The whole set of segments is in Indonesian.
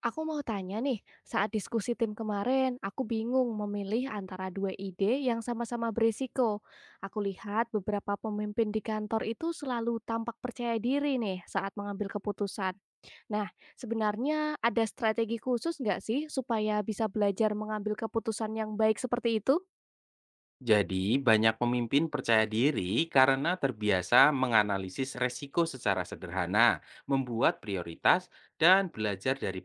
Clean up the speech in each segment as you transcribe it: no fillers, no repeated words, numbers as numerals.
Aku mau tanya nih, saat diskusi tim kemarin, aku bingung memilih antara dua ide yang sama-sama berisiko. Aku lihat beberapa pemimpin di kantor itu selalu tampak percaya diri nih saat mengambil keputusan. Nah, sebenarnya ada strategi khusus nggak sih supaya bisa belajar mengambil keputusan yang baik seperti itu? Jadi, banyak pemimpin percaya diri karena terbiasa menganalisis resiko secara sederhana, membuat prioritas, dan belajar dari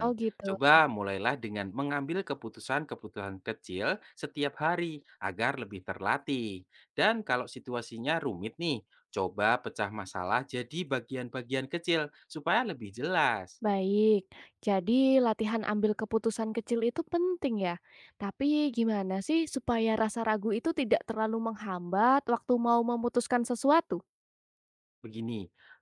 Oh gitu. Coba mulailah dengan mengambil keputusan-keputusan kecil setiap hari agar lebih terlatih. Dan kalau situasinya rumit nih, coba pecah masalah jadi bagian-bagian kecil supaya lebih jelas. Baik, jadi latihan ambil keputusan kecil itu penting ya. Tapi gimana sih supaya rasa ragu itu tidak terlalu menghambat waktu mau memutuskan sesuatu? Begini,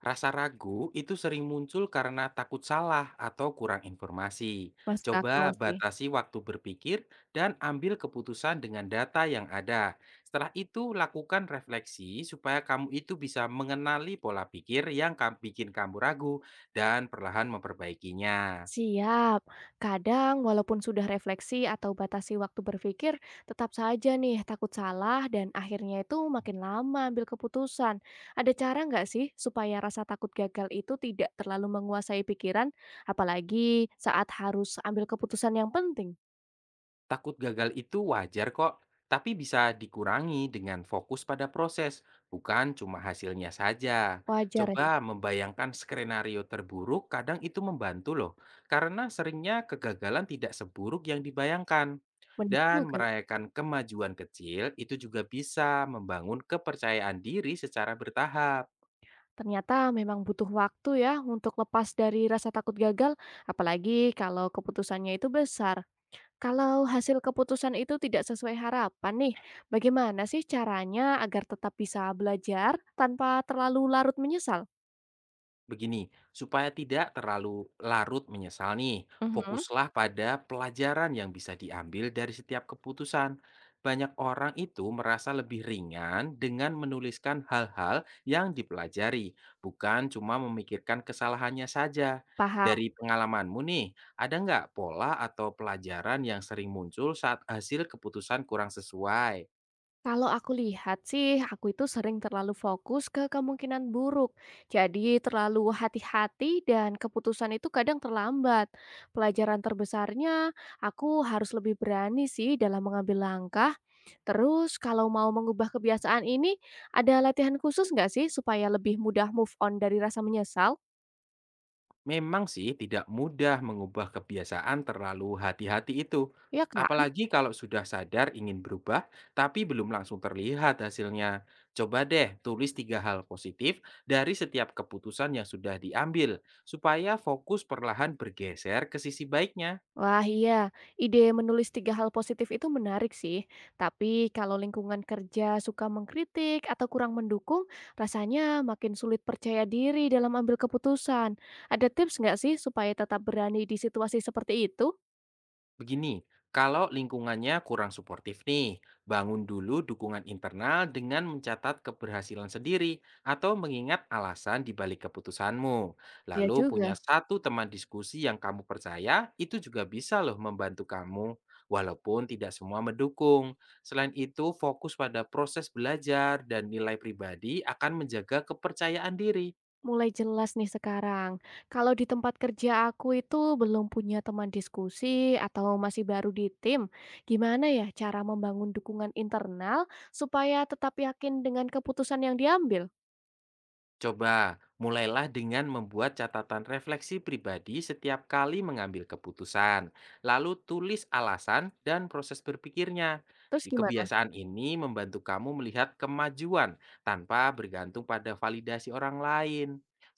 rasa ragu itu sering muncul karena takut salah atau kurang informasi. Masuk Coba akal sih. batasi waktu berpikir dan ambil keputusan dengan data yang ada. Setelah itu, lakukan refleksi supaya kamu itu bisa mengenali pola pikir yang bikin kamu ragu dan perlahan memperbaikinya. Siap. Kadang walaupun sudah refleksi atau batasi waktu berpikir, tetap saja nih takut salah dan akhirnya itu makin lama ambil keputusan. Ada cara nggak sih supaya rasa takut gagal itu tidak terlalu menguasai pikiran, apalagi saat harus ambil keputusan yang penting? Takut gagal itu wajar kok, tapi bisa dikurangi dengan fokus pada proses, bukan cuma hasilnya saja. Wajar ya, Coba membayangkan skenario terburuk, kadang itu membantu loh, karena seringnya kegagalan tidak seburuk yang dibayangkan. bener Dan juga. merayakan kemajuan kecil itu juga bisa membangun kepercayaan diri secara bertahap. Ternyata memang butuh waktu ya untuk lepas dari rasa takut gagal, apalagi kalau keputusannya itu besar. Kalau hasil keputusan itu tidak sesuai harapan nih, bagaimana sih caranya agar tetap bisa belajar tanpa terlalu larut menyesal? Begini, supaya tidak terlalu larut menyesal nih, Mhm. fokuslah pada pelajaran yang bisa diambil dari setiap keputusan. Banyak orang itu merasa lebih ringan dengan menuliskan hal-hal yang dipelajari, bukan cuma memikirkan kesalahannya saja. Paham. Dari pengalamanmu nih, ada nggak pola atau pelajaran yang sering muncul saat hasil keputusan kurang sesuai? Kalau aku lihat sih, aku itu sering terlalu fokus ke kemungkinan buruk. Jadi terlalu hati-hati dan keputusan itu kadang terlambat. Pelajaran terbesarnya, aku harus lebih berani sih dalam mengambil langkah. Terus kalau mau mengubah kebiasaan ini, ada latihan khusus nggak sih supaya lebih mudah move on dari rasa menyesal? Memang sih tidak mudah mengubah kebiasaan terlalu hati-hati itu. Ya, Kak. Apalagi kalau sudah sadar ingin berubah, tapi belum langsung terlihat hasilnya. Coba deh tulis 3 hal positif dari setiap keputusan yang sudah diambil, supaya fokus perlahan bergeser ke sisi baiknya. Wah iya, ide menulis 3 hal positif itu menarik sih. Tapi kalau lingkungan kerja suka mengkritik atau kurang mendukung, rasanya makin sulit percaya diri dalam ambil keputusan. Ada tips nggak sih supaya tetap berani di situasi seperti itu? Begini, kalau lingkungannya kurang suportif nih, bangun dulu dukungan internal dengan mencatat keberhasilan sendiri atau mengingat alasan di balik keputusanmu. Ya Lalu punya juga. satu teman diskusi yang kamu percaya, itu juga bisa loh membantu kamu. Walaupun tidak semua mendukung. Selain itu, fokus pada proses belajar dan nilai pribadi akan menjaga kepercayaan diri. Mulai jelas nih sekarang. Kalau di tempat kerja aku itu belum punya teman diskusi atau masih baru di tim, gimana ya cara membangun dukungan internal supaya tetap yakin dengan keputusan yang diambil? Coba mulailah dengan membuat catatan refleksi pribadi setiap kali mengambil keputusan, lalu tulis alasan dan proses berpikirnya. Terus Di gimana? kebiasaan ini membantu kamu melihat kemajuan tanpa bergantung pada validasi orang lain.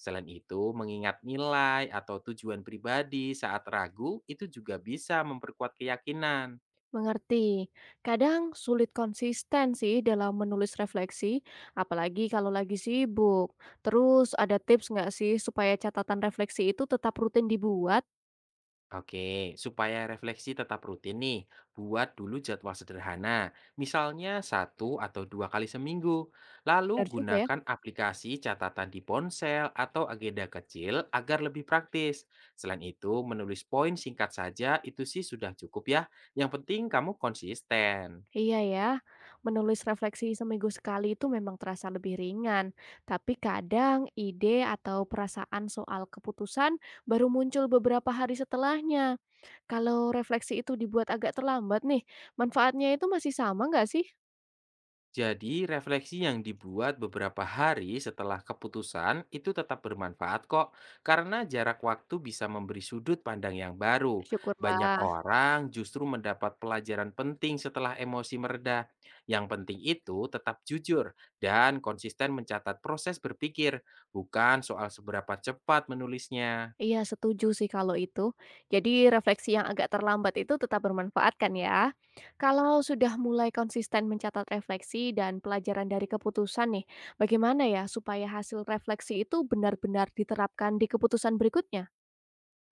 Selain itu, mengingat nilai atau tujuan pribadi saat ragu itu juga bisa memperkuat keyakinan. Mengerti. Kadang sulit konsisten sih dalam menulis refleksi, apalagi kalau lagi sibuk. Terus ada tips nggak sih supaya catatan refleksi itu tetap rutin dibuat? Oke, supaya refleksi tetap rutin nih, buat dulu jadwal sederhana, misalnya satu atau dua kali seminggu. Lalu Benar juga ya. gunakan aplikasi catatan di ponsel atau agenda kecil agar lebih praktis. Selain itu, menulis poin singkat saja itu sih sudah cukup ya. Yang penting kamu konsisten. Iya ya, menulis refleksi seminggu sekali itu memang terasa lebih ringan. Tapi kadang ide atau perasaan soal keputusan baru muncul beberapa hari setelahnya. Kalau refleksi itu dibuat agak terlambat nih, manfaatnya itu masih sama nggak sih? Jadi, refleksi yang dibuat beberapa hari setelah keputusan itu tetap bermanfaat kok, karena jarak waktu bisa memberi sudut pandang yang baru. Banyak Syukurlah. orang justru mendapat pelajaran penting setelah emosi mereda. Yang penting itu tetap jujur dan konsisten mencatat proses berpikir, bukan soal seberapa cepat menulisnya. Iya setuju sih kalau itu. Jadi refleksi yang agak terlambat itu tetap bermanfaat kan ya. Kalau sudah mulai konsisten mencatat refleksi dan pelajaran dari keputusan nih, bagaimana ya supaya hasil refleksi itu benar-benar diterapkan di keputusan berikutnya?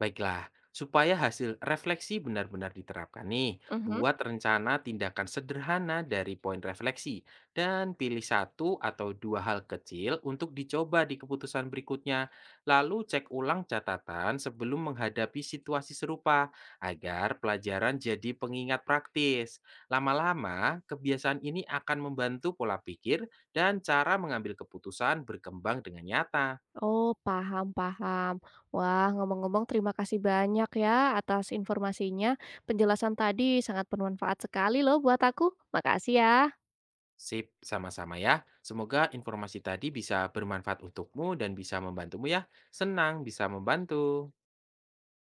Baiklah, supaya hasil refleksi benar-benar diterapkan nih, Mhm. buat rencana tindakan sederhana dari poin refleksi dan pilih satu atau dua hal kecil untuk dicoba di keputusan berikutnya. Lalu cek ulang catatan sebelum menghadapi situasi serupa agar pelajaran jadi pengingat praktis. Lama-lama, kebiasaan ini akan membantu pola pikir dan cara mengambil keputusan berkembang dengan nyata. Oh, paham, paham. Wah, ngomong-ngomong terima kasih banyak ya atas informasinya. Penjelasan tadi sangat bermanfaat sekali loh buat aku. Makasih ya. Sip, sama-sama ya. Semoga informasi tadi bisa bermanfaat untukmu dan bisa membantumu ya. Senang bisa membantu.